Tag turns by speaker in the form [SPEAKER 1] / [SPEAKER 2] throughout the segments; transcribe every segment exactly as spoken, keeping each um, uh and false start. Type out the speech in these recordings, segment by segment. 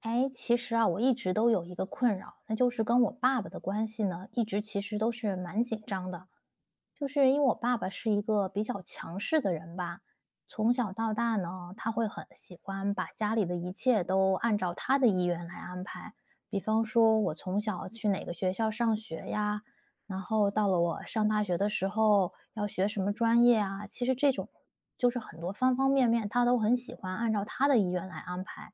[SPEAKER 1] 哎，其实啊，我一直都有一个困扰，那就是跟我爸爸的关系呢，一直其实都是蛮紧张的。就是因为我爸爸是一个比较强势的人吧，从小到大呢，他会很喜欢把家里的一切都按照他的意愿来安排。比方说，我从小去哪个学校上学呀，然后到了我上大学的时候要学什么专业啊，其实这种就是很多方方面面，他都很喜欢按照他的意愿来安排。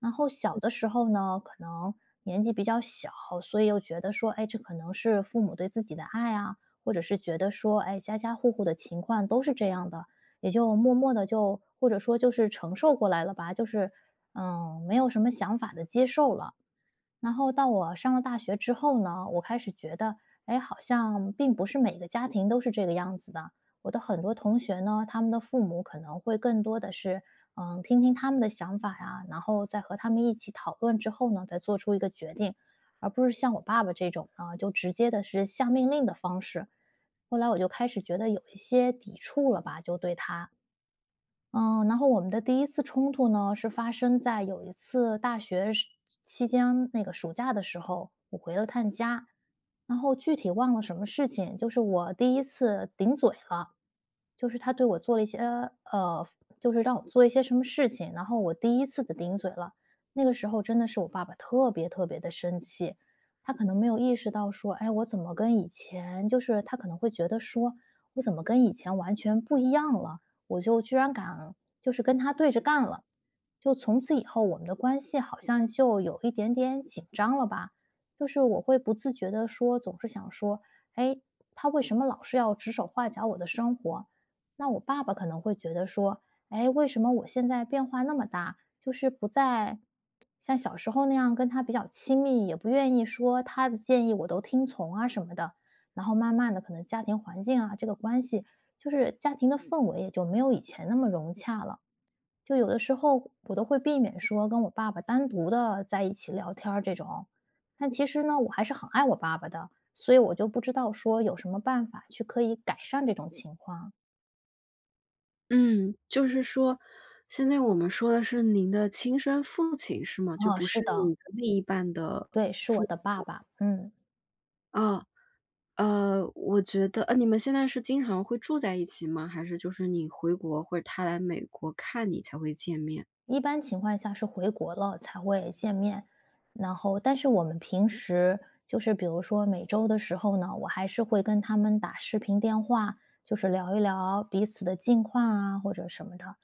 [SPEAKER 1] 然后小的时候呢，可能年纪比较小，所以又觉得说，哎，这可能是父母对自己的爱啊，或者是觉得说，哎，家家户户的情况都是这样的，也就默默的就或者说就是承受过来了吧，就是嗯，没有什么想法的接受了。然后到我上了大学之后呢，我开始觉得，哎，好像并不是每个家庭都是这个样子的。我的很多同学呢，他们的父母可能会更多的是，嗯，听听他们的想法呀，然后再和他们一起讨论之后呢，再做出一个决定，而不是像我爸爸这种呢，就直接的是下命令的方式。后来我就开始觉得有一些抵触了吧，就对他。嗯，然后我们的第一次冲突呢，是发生在有一次大学时期间那个暑假的时候，我回了趟家，然后具体忘了什么事情，就是我第一次顶嘴了。就是他对我做了一些呃，就是让我做一些什么事情，然后我第一次的顶嘴了。那个时候真的是我爸爸特别特别的生气，他可能没有意识到说，哎，我怎么跟以前就是他可能会觉得说，我怎么跟以前完全不一样了，我就居然敢就是跟他对着干了。就从此以后我们的关系好像就有一点点紧张了吧，就是我会不自觉的说，总是想说，哎，他为什么老是要指手画脚我的生活？那我爸爸可能会觉得说，哎，为什么我现在变化那么大，就是不再像小时候那样跟他比较亲密，也不愿意说他的建议我都听从啊什么的。然后慢慢的，可能家庭环境啊，这个关系，就是家庭的氛围也就没有以前那么融洽了。就有的时候我都会避免说跟我爸爸单独的在一起聊天儿这种。但其实呢，我还是很爱我爸爸的，所以我就不知道说有什么办法去可以改善这种情况。
[SPEAKER 2] 嗯，就是说，现在我们说的是您的亲生父亲是吗？就
[SPEAKER 1] 哦，
[SPEAKER 2] 不
[SPEAKER 1] 是
[SPEAKER 2] 是
[SPEAKER 1] 的，
[SPEAKER 2] 你的另一半的
[SPEAKER 1] 对，是我的爸爸。嗯，
[SPEAKER 2] 啊？呃，我觉得，呃，你们现在是经常会住在一起吗？还是就是你回国或者他来美国看你才会见面？
[SPEAKER 1] 一般情况下是回国了才会见面，然后但是我们平时就是比如说每周的时候呢，我还是会跟他们打视频电话，就是聊一聊彼此的近况啊或者什么的。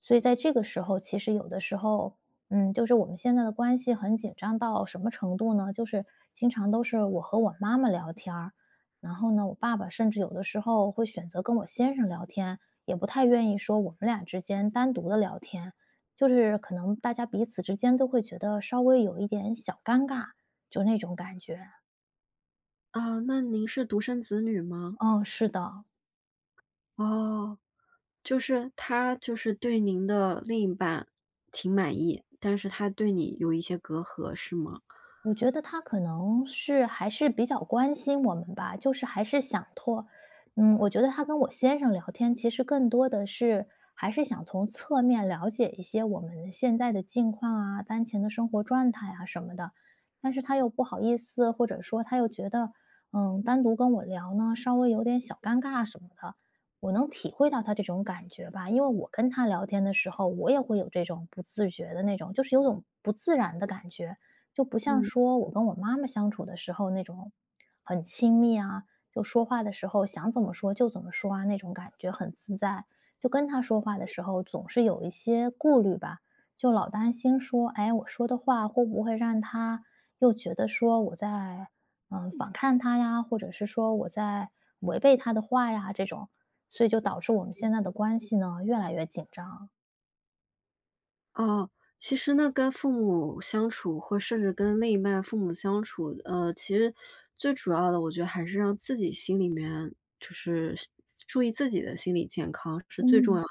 [SPEAKER 1] 所以在这个时候，其实有的时候，嗯，就是我们现在的关系很紧张到什么程度呢？就是经常都是我和我妈妈聊天儿然后呢，我爸爸甚至有的时候会选择跟我先生聊天，也不太愿意说我们俩之间单独的聊天，就是可能大家彼此之间都会觉得稍微有一点小尴尬，就那种感觉。
[SPEAKER 2] 啊，那您是独生子女吗？
[SPEAKER 1] 嗯，是的。
[SPEAKER 2] 哦，就是他就是对您的另一半挺满意，但是他对你有一些隔阂是吗？
[SPEAKER 1] 我觉得他可能是还是比较关心我们吧，就是还是想拓嗯，我觉得他跟我先生聊天，其实更多的是还是想从侧面了解一些我们现在的近况啊、当前的生活状态啊什么的。但是他又不好意思，或者说他又觉得，嗯，单独跟我聊呢，稍微有点小尴尬什么的。我能体会到他这种感觉吧，因为我跟他聊天的时候，我也会有这种不自觉的那种，就是有种不自然的感觉。就不像
[SPEAKER 2] 嗯。
[SPEAKER 1] 说我跟我妈妈相处的时候那种很亲密啊，就说话的时候想怎么说就怎么说啊，那种感觉很自在。就跟她说话的时候，总是有一些顾虑吧，就老担心说，哎，我说的话会不会让她又觉得说我在嗯反抗她呀，或者是说我在违背她的话呀这种，所以就导致我们现在的关系呢越来越紧张。
[SPEAKER 2] 哦，其实呢，跟父母相处，或甚至跟另一半父母相处，呃，其实最主要的，我觉得还是让自己心里面就是注意自己的心理健康是最重
[SPEAKER 1] 嗯，
[SPEAKER 2] 要的。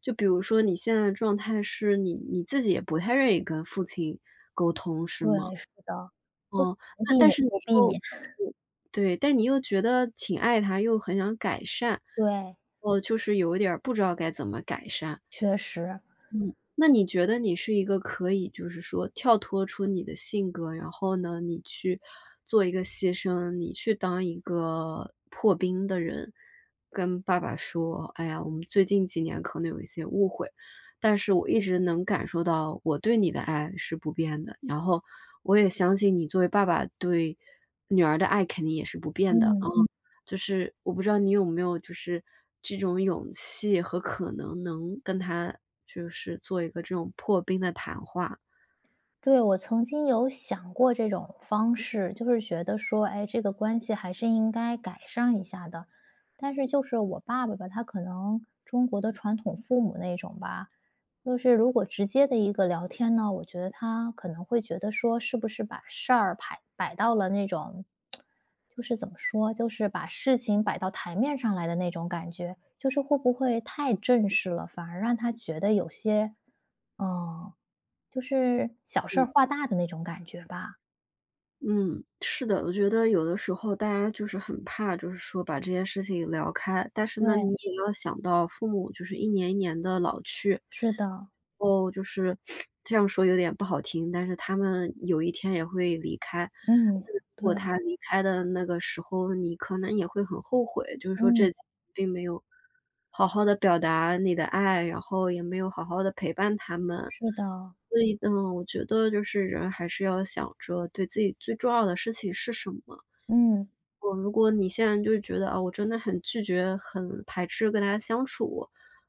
[SPEAKER 2] 就比如说你现在的状态是你你自己也不太愿意跟父亲沟通，是
[SPEAKER 1] 对，
[SPEAKER 2] 吗？
[SPEAKER 1] 是的，
[SPEAKER 2] 哦，
[SPEAKER 1] 能
[SPEAKER 2] 那
[SPEAKER 1] 避
[SPEAKER 2] 但
[SPEAKER 1] 免
[SPEAKER 2] 是你
[SPEAKER 1] 就避
[SPEAKER 2] 又
[SPEAKER 1] 免，
[SPEAKER 2] 就是对，但你又觉得挺爱他，又很想改善，
[SPEAKER 1] 对。
[SPEAKER 2] 哦，就是有一点儿不知道该怎么改善。
[SPEAKER 1] 确实，
[SPEAKER 2] 嗯，那你觉得你是一个可以就是说跳脱出你的性格，然后呢，你去做一个牺牲，你去当一个破冰的人，跟爸爸说：“哎呀，我们最近几年可能有一些误会，但是我一直能感受到我对你的爱是不变的，然后我也相信你作为爸爸对女儿的爱肯定也是不变的，啊。”
[SPEAKER 1] 嗯。
[SPEAKER 2] 就是我不知道你有没有就是这种勇气和可能能跟他就是做一个这种破冰的谈话。
[SPEAKER 1] 对，我曾经有想过这种方式，就是觉得说，哎，这个关系还是应该改善一下的。但是就是我爸爸吧，他可能中国的传统父母那种吧，就是如果直接的一个聊天呢，我觉得他可能会觉得说，是不是把事儿摆摆到了那种，就是怎么说，就是把事情摆到台面上来的那种感觉，就是会不会太正式了，反而让他觉得有些，嗯、就是小事儿
[SPEAKER 2] 嗯，
[SPEAKER 1] 化大的那种感觉吧。
[SPEAKER 2] 嗯，是的，我觉得有的时候大家就是很怕，就是说把这件事情聊开，但是呢，你
[SPEAKER 1] 对，
[SPEAKER 2] 也要想到父母就是一年一年的老去，
[SPEAKER 1] 是的，
[SPEAKER 2] 哦，就是这样说有点不好听，但是他们有一天也会离开。
[SPEAKER 1] 嗯，
[SPEAKER 2] 那如
[SPEAKER 1] 对，
[SPEAKER 2] 果他离开的那个时候，你可能也会很后悔，就是说这
[SPEAKER 1] 嗯，
[SPEAKER 2] 并没有好好的表达你的爱，然后也没有好好的陪伴他们。
[SPEAKER 1] 是的，
[SPEAKER 2] 所以呢，我觉得就是人还是要想着对自己最重要的事情是什么。
[SPEAKER 1] 嗯，
[SPEAKER 2] 我如果你现在就是觉得，啊，我真的很拒绝、很排斥跟大家相处，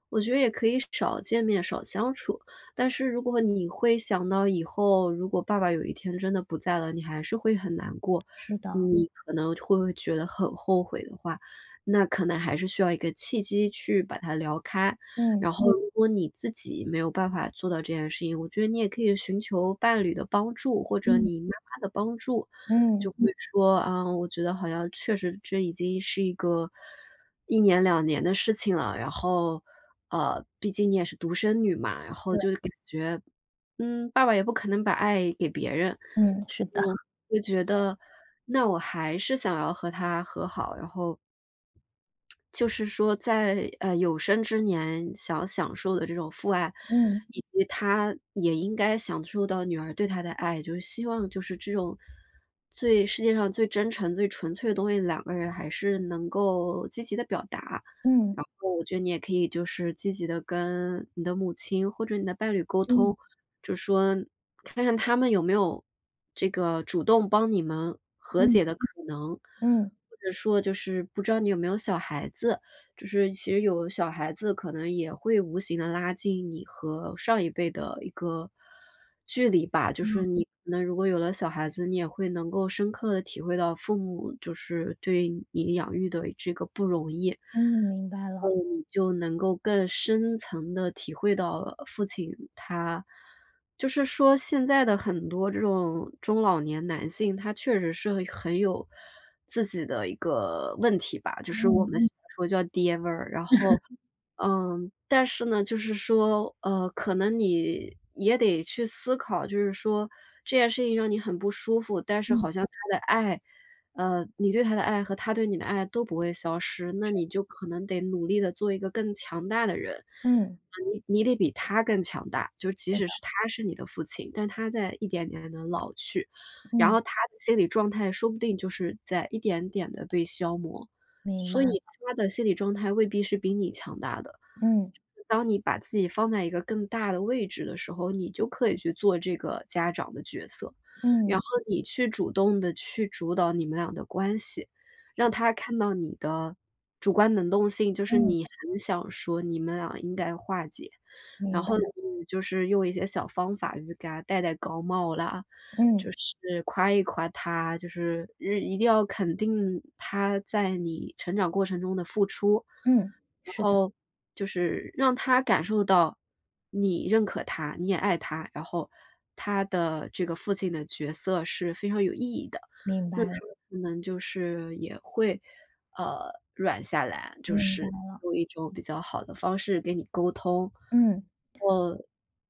[SPEAKER 2] 我觉得也可以少见面、少相处。但是如果你会想到以后，如果爸爸有一天真的不在了，你还是会很难过，
[SPEAKER 1] 是的，
[SPEAKER 2] 你可能会觉得很后悔的话，那可能还是需要一个契机去把它聊开。
[SPEAKER 1] 嗯，
[SPEAKER 2] 然后嗯如果你自己没有办法做到这件事情，我觉得你也可以寻求伴侣的帮助，或者
[SPEAKER 1] 嗯，
[SPEAKER 2] 你妈妈的帮助。
[SPEAKER 1] 嗯，
[SPEAKER 2] 就会说，啊，我觉得好像确实这已经是一个一年两年的事情了，然后，呃，毕竟你也是独生女嘛，然后
[SPEAKER 1] 对，
[SPEAKER 2] 就感觉，嗯，爸爸也不可能把爱给别人，
[SPEAKER 1] 嗯，是的，
[SPEAKER 2] 就会觉得那我还是想要和他和好，然后就是说在，呃，有生之年想享受的这种父爱，
[SPEAKER 1] 嗯，
[SPEAKER 2] 以及他也应该享受到女儿对他的爱，就是希望就是这种最世界上最真诚、最纯粹的东西，两个人还是能够积极的表达。
[SPEAKER 1] 嗯，
[SPEAKER 2] 然后我觉得你也可以就是积极的跟你的母亲或者你的伴侣沟
[SPEAKER 1] 嗯，
[SPEAKER 2] 通，就说看看他们有没有这个主动帮你们和
[SPEAKER 1] 嗯，
[SPEAKER 2] 解的可能，
[SPEAKER 1] 嗯，
[SPEAKER 2] 或者说就是不知道你有没有小孩子，就是其实有小孩子可能也会无形的拉近你和上一辈的一个距离吧。就是
[SPEAKER 1] 嗯，
[SPEAKER 2] 你可能如果有了小孩子，你也会能够深刻的体会到父母就是对你养育的这个不容易。
[SPEAKER 1] 嗯明白
[SPEAKER 2] 后
[SPEAKER 1] 了，
[SPEAKER 2] 你就能够更深层的体会到，呃父亲他就是说现在的很多这种中老年男性，他确实是很很有自己的一个问题吧，就是我
[SPEAKER 1] 嗯，
[SPEAKER 2] 们嗯喜欢说叫爹味儿。然后，嗯，但是呢，就是说，呃，可能你也得去思考，就是说这件事情让你很不舒服，但是
[SPEAKER 1] 嗯，
[SPEAKER 2] 好像他的爱呃，你对他的爱和他对你的爱都不会消失，那你就可能得努力的做一个更强大的人。
[SPEAKER 1] 嗯，
[SPEAKER 2] 呃你你得比他更强大，就
[SPEAKER 1] 是
[SPEAKER 2] 即使
[SPEAKER 1] 的，
[SPEAKER 2] 是他是你的父亲，但他在一点点的老去，然
[SPEAKER 1] 嗯，
[SPEAKER 2] 后他的心理状态说不定就是在一点点的被消磨，
[SPEAKER 1] 明白
[SPEAKER 2] 所
[SPEAKER 1] 了，
[SPEAKER 2] 以他的心理状态未必是比你强大的。
[SPEAKER 1] 嗯，
[SPEAKER 2] 当你把自己放在一个更大的位置的时候，你就可以去做这个家长的角色。
[SPEAKER 1] 嗯，
[SPEAKER 2] 然后你去主动的去主导你们俩的关系，让
[SPEAKER 1] 嗯，
[SPEAKER 2] 他看到你的主观能动性，就是
[SPEAKER 1] 嗯，
[SPEAKER 2] 你很想说你们俩应该化解。然
[SPEAKER 1] 明白
[SPEAKER 2] 后
[SPEAKER 1] 了，
[SPEAKER 2] 嗯就是用一些小方法去给他戴戴高帽啦，
[SPEAKER 1] 嗯，
[SPEAKER 2] 就是夸一夸他，就是日一定要肯定他在你成长过程中的付出，
[SPEAKER 1] 嗯，
[SPEAKER 2] 然
[SPEAKER 1] 是的，
[SPEAKER 2] 后就是让他感受到你认可他，你也爱他，然后他的这个父亲的角色是非常有意义的，
[SPEAKER 1] 明
[SPEAKER 2] 那
[SPEAKER 1] 白
[SPEAKER 2] 他
[SPEAKER 1] 了，
[SPEAKER 2] 可能就是也会呃，软下来，就
[SPEAKER 1] 明白，
[SPEAKER 2] 是用一种比较好的方式跟你沟通。
[SPEAKER 1] 嗯，
[SPEAKER 2] 我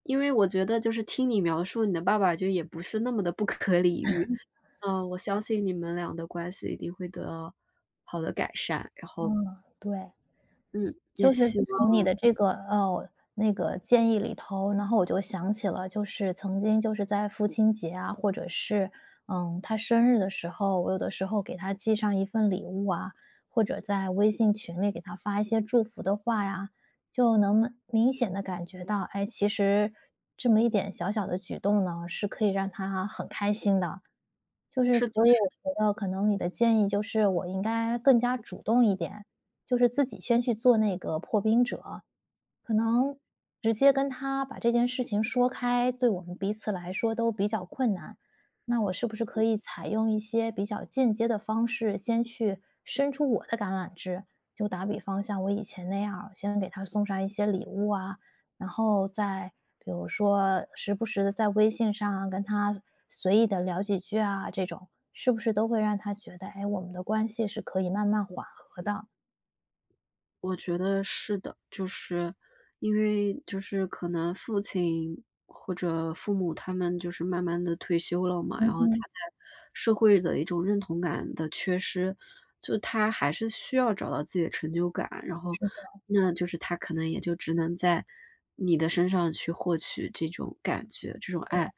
[SPEAKER 2] 因为我觉得就是听你描述你的爸爸就也不是那么的不可理喻，嗯，我相信你们俩的关系一定会得到好的改善，然后，
[SPEAKER 1] 嗯，对。
[SPEAKER 2] 嗯，也
[SPEAKER 1] 就是
[SPEAKER 2] 希
[SPEAKER 1] 从
[SPEAKER 2] 望
[SPEAKER 1] 你的这个呃，那个建议里头，然后我就想起了，就是曾经就是在父亲节啊，或者是，嗯，他生日的时候，我有的时候给他寄上一份礼物啊，或者在微信群里给他发一些祝福的话呀，就能明显的感觉到，哎，其实这么一点小小的举动呢，是可以让他很开心的。就是所以
[SPEAKER 2] 是
[SPEAKER 1] 我觉得可能你的建议就是我应该更加主动一点，就是自己先去做那个破冰者，可能直接跟他把这件事情说开，对我们彼此来说都比较困难。那我是不是可以采用一些比较间接的方式，先去伸出我的橄榄枝？就打比方，像我以前那样儿先给他送上一些礼物啊，然后再比如说时不时的在微信上啊跟他随意的聊几句啊，这种是不是都会让他觉得，哎，我们的关系是可以慢慢缓和的？
[SPEAKER 2] 我觉得是的，就是因为就是可能父亲或者父母他们就是慢慢的退休了嘛，然
[SPEAKER 1] 嗯
[SPEAKER 2] 后他
[SPEAKER 1] 哼，
[SPEAKER 2] 在社会的一种认同感的缺失，就他还是需要找到自己的成就感，然后
[SPEAKER 1] 是的，
[SPEAKER 2] 那就是他可能也就只能在你的身上去获取这种感觉、这种爱，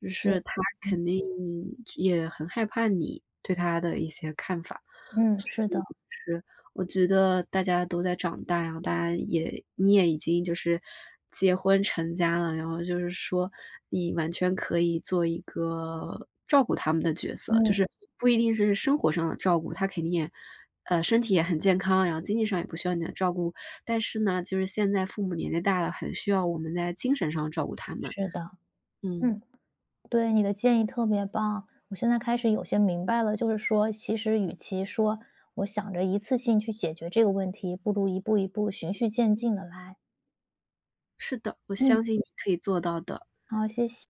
[SPEAKER 2] 就
[SPEAKER 1] 所
[SPEAKER 2] 是他
[SPEAKER 1] 嗯
[SPEAKER 2] 肯定也很害怕你对他的一些看法。
[SPEAKER 1] 嗯，是的。
[SPEAKER 2] 我觉得大家都在长大，然后大家也你也已经就是结婚成家了，然后就是说你完全可以做一个照顾他们的角色，就
[SPEAKER 1] 嗯，
[SPEAKER 2] 是不一定是生活上的照顾，他肯定也呃，身体也很健康，然后经济上也不需要你的照顾。但是呢，就是现在父母年纪大了，很需要我们在精神上照顾他们。
[SPEAKER 1] 是的，
[SPEAKER 2] 嗯，
[SPEAKER 1] 嗯，对，你的建议特别棒。我现在开始有些明白了，就是说，其实与其说我想着一次性去解决这个问题，不如一步一步循序渐进的来。
[SPEAKER 2] 是的，我
[SPEAKER 1] 嗯，
[SPEAKER 2] 相信你可以做到的。
[SPEAKER 1] 好，谢谢。